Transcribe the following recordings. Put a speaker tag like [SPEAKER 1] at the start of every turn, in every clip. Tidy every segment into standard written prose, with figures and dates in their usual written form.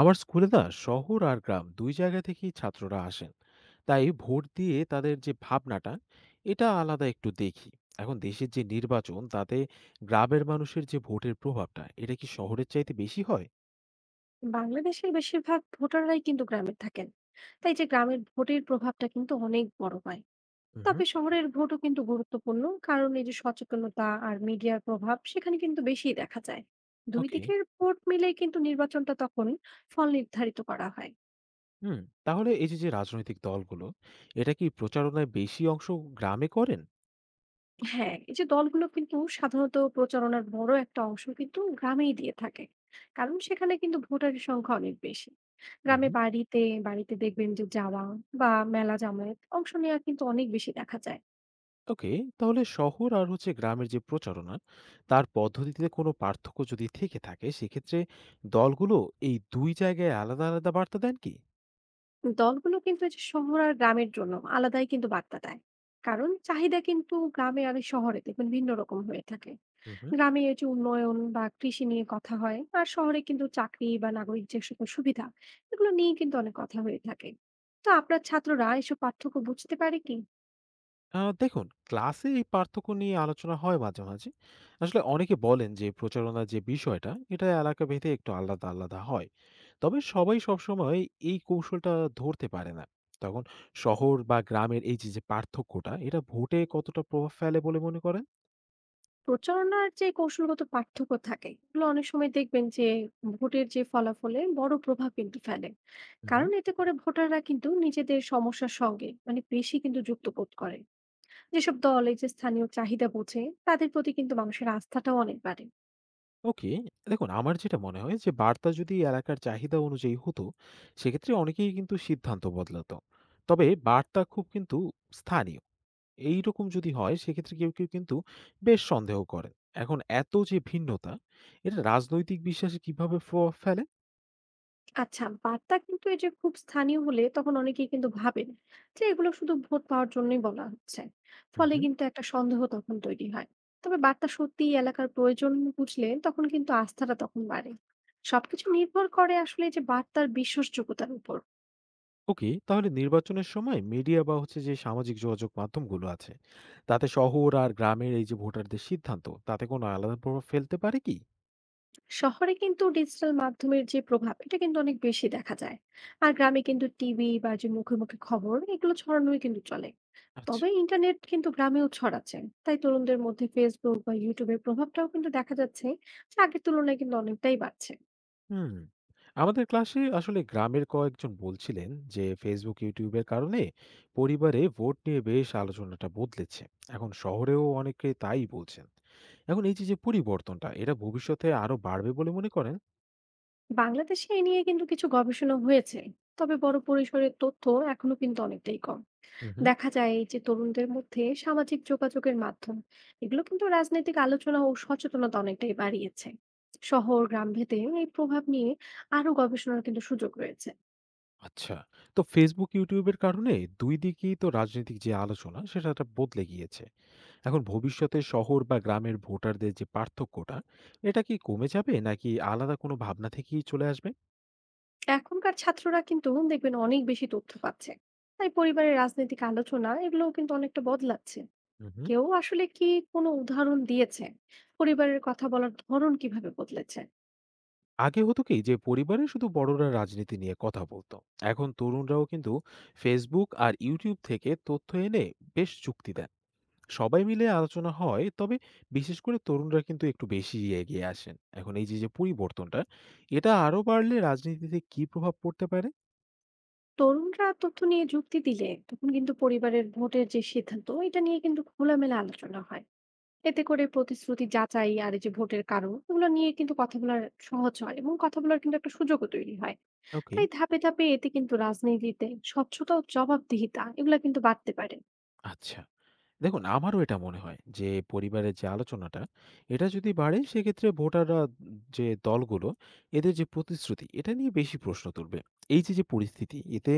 [SPEAKER 1] আমার স্কুলে না, শহর আর গ্রাম দুই জায়গা থেকেই ছাত্ররা আসেন। তাই ভোট দিয়ে তাদের যে ভাবনাটা, এটা আলাদা একটু দেখি। এখন দেশের যে নির্বাচন তাতে গ্রামের মানুষের যে ভোটের প্রভাবটা, এটা কি শহরের চাইতে বেশি হয়?
[SPEAKER 2] বাংলাদেশের বেশিরভাগ ভোটাররাই কিন্তু গ্রামে থাকেন। তাই যে গ্রামের ভোটের প্রভাবটা কিন্তু অনেক বড় হয়।
[SPEAKER 1] হুম।
[SPEAKER 2] তবে শহরের ভোটও কিন্তু গুরুত্বপূর্ণ, কারণ এই যে সচেতনতা আর মিডিয়ার প্রভাব সেখানে কিন্তু বেশি দেখা যায়। দুই
[SPEAKER 1] ওকে।
[SPEAKER 2] দিকের ভোট মিলে কিন্তু নির্বাচনটা তখন ফল নির্ধারিত করা হয়।
[SPEAKER 1] হুম। তাহলে এই যে যে রাজনৈতিক দলগুলো, এটা কি প্রচারণায় বেশি অংশ গ্রামে করেন?
[SPEAKER 2] হ্যাঁ, এই যে দলগুলো কিন্তু সাধারণত প্রচারণার বড় একটা অংশ কিন্তু গ্রামেই দিয়ে থাকে। কারণ সেখানে কিন্তু ভোটারের সংখ্যা অনেক বেশি। গ্রামে
[SPEAKER 1] হুম।
[SPEAKER 2] বাড়িতে বাড়িতে দেখবেন যে যাওয়া বা মেলা জামায়াত অংশ নেওয়া কিন্তু অনেক বেশি দেখা যায়।
[SPEAKER 1] ওকে। তাহলে শহর আর হচ্ছে গ্রামের যে প্রচারণা, তার পদ্ধতিতে কোনো পার্থক্য যদি থেকে থাকে সেক্ষেত্রে দলগুলো এই দুই জায়গায় আলাদা আলাদা বার্তা দেন কি?
[SPEAKER 2] দলগুলো কিন্তু এই যে শহর আর গ্রামের জন্য আলাদাই কিন্তু বার্তা দেয়। কারণ চাহিদা কিন্তু গ্রামে আর শহরে দেখবেন ভিন্ন রকম হয়ে থাকে।
[SPEAKER 1] হুম, হুম।
[SPEAKER 2] গ্রামে এই যে উন্নয়ন বা কৃষি নিয়ে কথা হয় আর শহরে কিন্তু চাকরি বা নাগরিক যে সকল সুবিধা এগুলো নিয়ে কিন্তু অনেক কথা হয়ে থাকে। তো আপনার ছাত্ররা এসব পার্থক্য বুঝতে পারে কি?
[SPEAKER 1] দেখুন, ক্লাসে এই পার্থক্য নিয়ে আলোচনা হয় মাঝে মাঝে। আসলে অনেকে বলেন যে প্রচারণার যে বিষয়টা এটা এলাকা ভেদে একটু আলাদা আলাদা হয়। তবে সবাই সবসময় এই কৌশলটা ধরতে পারে না। তখন শহর বা গ্রামের এই যে যে পার্থক্যটা, এটা ভোটে কতটা প্রভাব ফেলে বলে মনে করেন?
[SPEAKER 2] প্রচারণার যে কৌশলগত পার্থক্য থাকে এগুলো অনেক সময় দেখবেন যে ভোটের যে ফলাফলে বড় প্রভাব কিন্তু ফেলে। কারণ এতে করে ভোটাররা কিন্তু নিজেদের সমস্যার সঙ্গে মানে বেশি কিন্তু যুক্ত বোধ করে। যেসব দল এই যে স্থানীয় চাহিদা বোঝে, তাদের প্রতি কিন্তু মানুষের আস্থাটাও অনেক বাড়ে।
[SPEAKER 1] ওকে। দেখুন আমার যেটা মনে হয়, যে বার্তা যদি এলাকার চাহিদা অনুযায়ী হতো, সেক্ষেত্রে অনেকেই কিন্তু সিদ্ধান্ত বদলাতো। তবে বার্তা খুব কিন্তু স্থানীয়। এইরকম যদি হয় সেক্ষেত্রে কেউ, কেউ কিন্তু বেশ সন্দেহ করেন। এখন এত যে ভিন্নতা, এটা রাজনৈতিক বিশ্বাসে কিভাবে প্রভাব ফেলে?
[SPEAKER 2] আচ্ছা, বার্তা কিন্তু এই যে খুব স্থানীয় হলে তখন অনেকেই কিন্তু ভাবেন যে এগুলো শুধু ভোট পাওয়ার জন্যই বলা হচ্ছে।
[SPEAKER 1] হুম,
[SPEAKER 2] ফলে
[SPEAKER 1] হুম।
[SPEAKER 2] কিন্তু একটা সন্দেহ তখন তৈরি হয়। তবে বার্তা সত্যি এলাকার প্রয়োজন বুঝলে তখন কিন্তু আস্থাটা তখন বাড়ে। সবকিছু নির্ভর করে আসলে যে বার্তার বিশ্বাসযোগ্যতার উপর।
[SPEAKER 1] ওকে, তাহলে নির্বাচনের সময় মিডিয়া বা হচ্ছে যে সামাজিক যোগাযোগ মাধ্যমগুলো আছে, তাতে শহর আর গ্রামের এই যে ভোটারদের সিদ্ধান্ত, তাতে কোনো আলাদা প্রভাব ফেলতে পারে কি?
[SPEAKER 2] শহরে কিন্তু ডিজিটাল মাধ্যমের যে প্রভাব এটা কিন্তু অনেক বেশি দেখা যায়। আর গ্রামে কিন্তু টিভি বা যে মুখে মুখে খবর এগুলো ছড়ানোই কিন্তু চলে।
[SPEAKER 1] আচ্ছা।
[SPEAKER 2] তবে ইন্টারনেট কিন্তু গ্রামেও ছড়াচ্ছে। তাই তরুণদের মধ্যে ফেসবুক বা ইউটিউবের প্রভাবটাও কিন্তু দেখা যাচ্ছে যে আগের তুলনায় কিন্তু অনেকটাই বাড়ছে।
[SPEAKER 1] হুম। আমাদের ক্লাসে আসলে গ্রামের কয়েকজন বলছিলেন যে ফেসবুক ইউটিউবের কারণে পরিবারে ভোট নিয়ে বেশ আলোচনাটা বদলেছে। এখন শহরেও অনেকে তাই বলছেন। এখন এই যে যে পরিবর্তনটা, এটা ভবিষ্যতে আরো বাড়বে বলে মনে করেন?
[SPEAKER 2] বাংলাদেশে এ নিয়ে কিন্তু কিছু গবেষণা হয়েছে, তবে বড় পরিসরের তথ্য এখনো কিন্তু অনেকটাই কম।
[SPEAKER 1] হুম হুম।
[SPEAKER 2] দেখা যায় এই যে তরুণদের মধ্যে সামাজিক যোগাযোগের মাধ্যম এগুলো কিন্তু রাজনৈতিক আলোচনা ও সচেতনতা অনেকটাই বাড়িয়েছে। শহর গ্রাম ভেদে এই প্রভাব নিয়ে আরো গবেষণার কিন্তু সুযোগ রয়েছে।
[SPEAKER 1] আচ্ছা। তো ফেসবুক ইউটিউবের কারণে দুই দিকেই তো রাজনৈতিক যে আলোচনা, সেটা একটা বদলে গিয়েছে। এখন ভবিষ্যতে শহর বা গ্রামের ভোটারদের যে পার্থক্যটা, এটা কি কমে যাবে নাকি আলাদা কোনো ভাবনা থেকেই চলে আসবে?
[SPEAKER 2] এখনকার ছাত্ররা কিন্তু দেখবেন অনেক বেশি তথ্য পাচ্ছে। তাই পরিবারের রাজনৈতিক আলোচনা এগুলোও কিন্তু অনেকটা বদলাচ্ছে।
[SPEAKER 1] হুম।
[SPEAKER 2] কেউ আসলে কি কোনো উদাহরণ দিয়েছে পরিবারের কথা বলার ধরন কিভাবে বদলেছে?
[SPEAKER 1] আগে হতো কি যে পরিবারে শুধু বড়রা রাজনীতি নিয়ে কথা বলতো। এখন তরুণরাও কিন্তু ফেসবুক আর ইউটিউব থেকে তথ্য এনে বেশ যুক্তি দেন। সবাই মিলে আলোচনা হয়, তবে বিশেষ করে তরুণরা কিন্তু একটু বেশি এগিয়ে আসেন। এখন এই যে যে পরিবর্তনটা, এটা আরো বাড়লে রাজনীতিতে কি প্রভাব পড়তে পারে?
[SPEAKER 2] তরুণরা তথ্য নিয়ে যুক্তি দিলে তখন কিন্তু পরিবারের ভোটের যে সিদ্ধান্ত এটা নিয়ে কিন্তু খোলামেলা আলোচনা হয়। এতে করে প্রতিশ্রুতি যাচাই আর এই যে ভোটের কারণ এগুলো নিয়ে কিন্তু কথা বলার সহজ হয় এবং কথা বলার কিন্তু একটা সুযোগও তৈরি হয়।
[SPEAKER 1] ওকে।
[SPEAKER 2] তাই ধাপে ধাপে এতে কিন্তু রাজনীতিতে স্বচ্ছতা ও জবাবদিহিতা এগুলো কিন্তু বাড়তে পারে।
[SPEAKER 1] আচ্ছা। দেখুন আমারও এটা মনে হয় যে পরিবারের যে আলোচনাটা, এটা যদি বাড়ে সেক্ষেত্রে ভোটাররা, যে দলগুলো, এদের যে প্রতিশ্রুতি, এটা নিয়ে বেশি প্রশ্ন তুলবে। এই যে যে পরিস্থিতি, এতে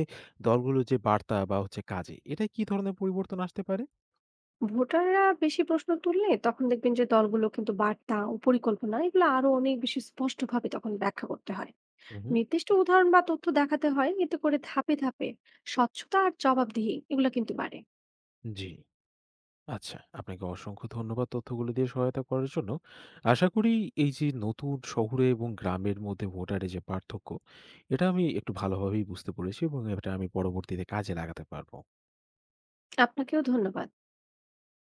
[SPEAKER 1] দলগুলোর যে বার্তা বা হচ্ছে কাজে, এটা কি ধরনের পরিবর্তন আসতে পারে?
[SPEAKER 2] ভোটাররা বেশি প্রশ্ন তুললে তখন দেখবেন যে দলগুলো কিন্তু বার্তা ও পরিকল্পনা এগুলো আরো অনেক বেশি স্পষ্টভাবে তখন ব্যাখ্যা করতে হয়।
[SPEAKER 1] হুম।
[SPEAKER 2] নির্দিষ্ট উদাহরণ বা তথ্য দেখাতে হয়। এতে করে ধাপে ধাপে স্বচ্ছতা আর জবাবদিহি এগুলো কিন্তু বাড়ে।
[SPEAKER 1] জি। আচ্ছা, আপনাকে অসংখ্য ধন্যবাদ তথ্যগুলো দিয়ে সহায়তা করার জন্য। আশা করি এই যে নতুন শহরে এবং গ্রামের মধ্যে ভোটারের যে পার্থক্য, এটা আমি একটু ভালোভাবেই বুঝতে পেরেছি এবং এটা আমি পরবর্তীতে কাজে লাগাতে পারবো।
[SPEAKER 2] আপনাকেও ধন্যবাদ।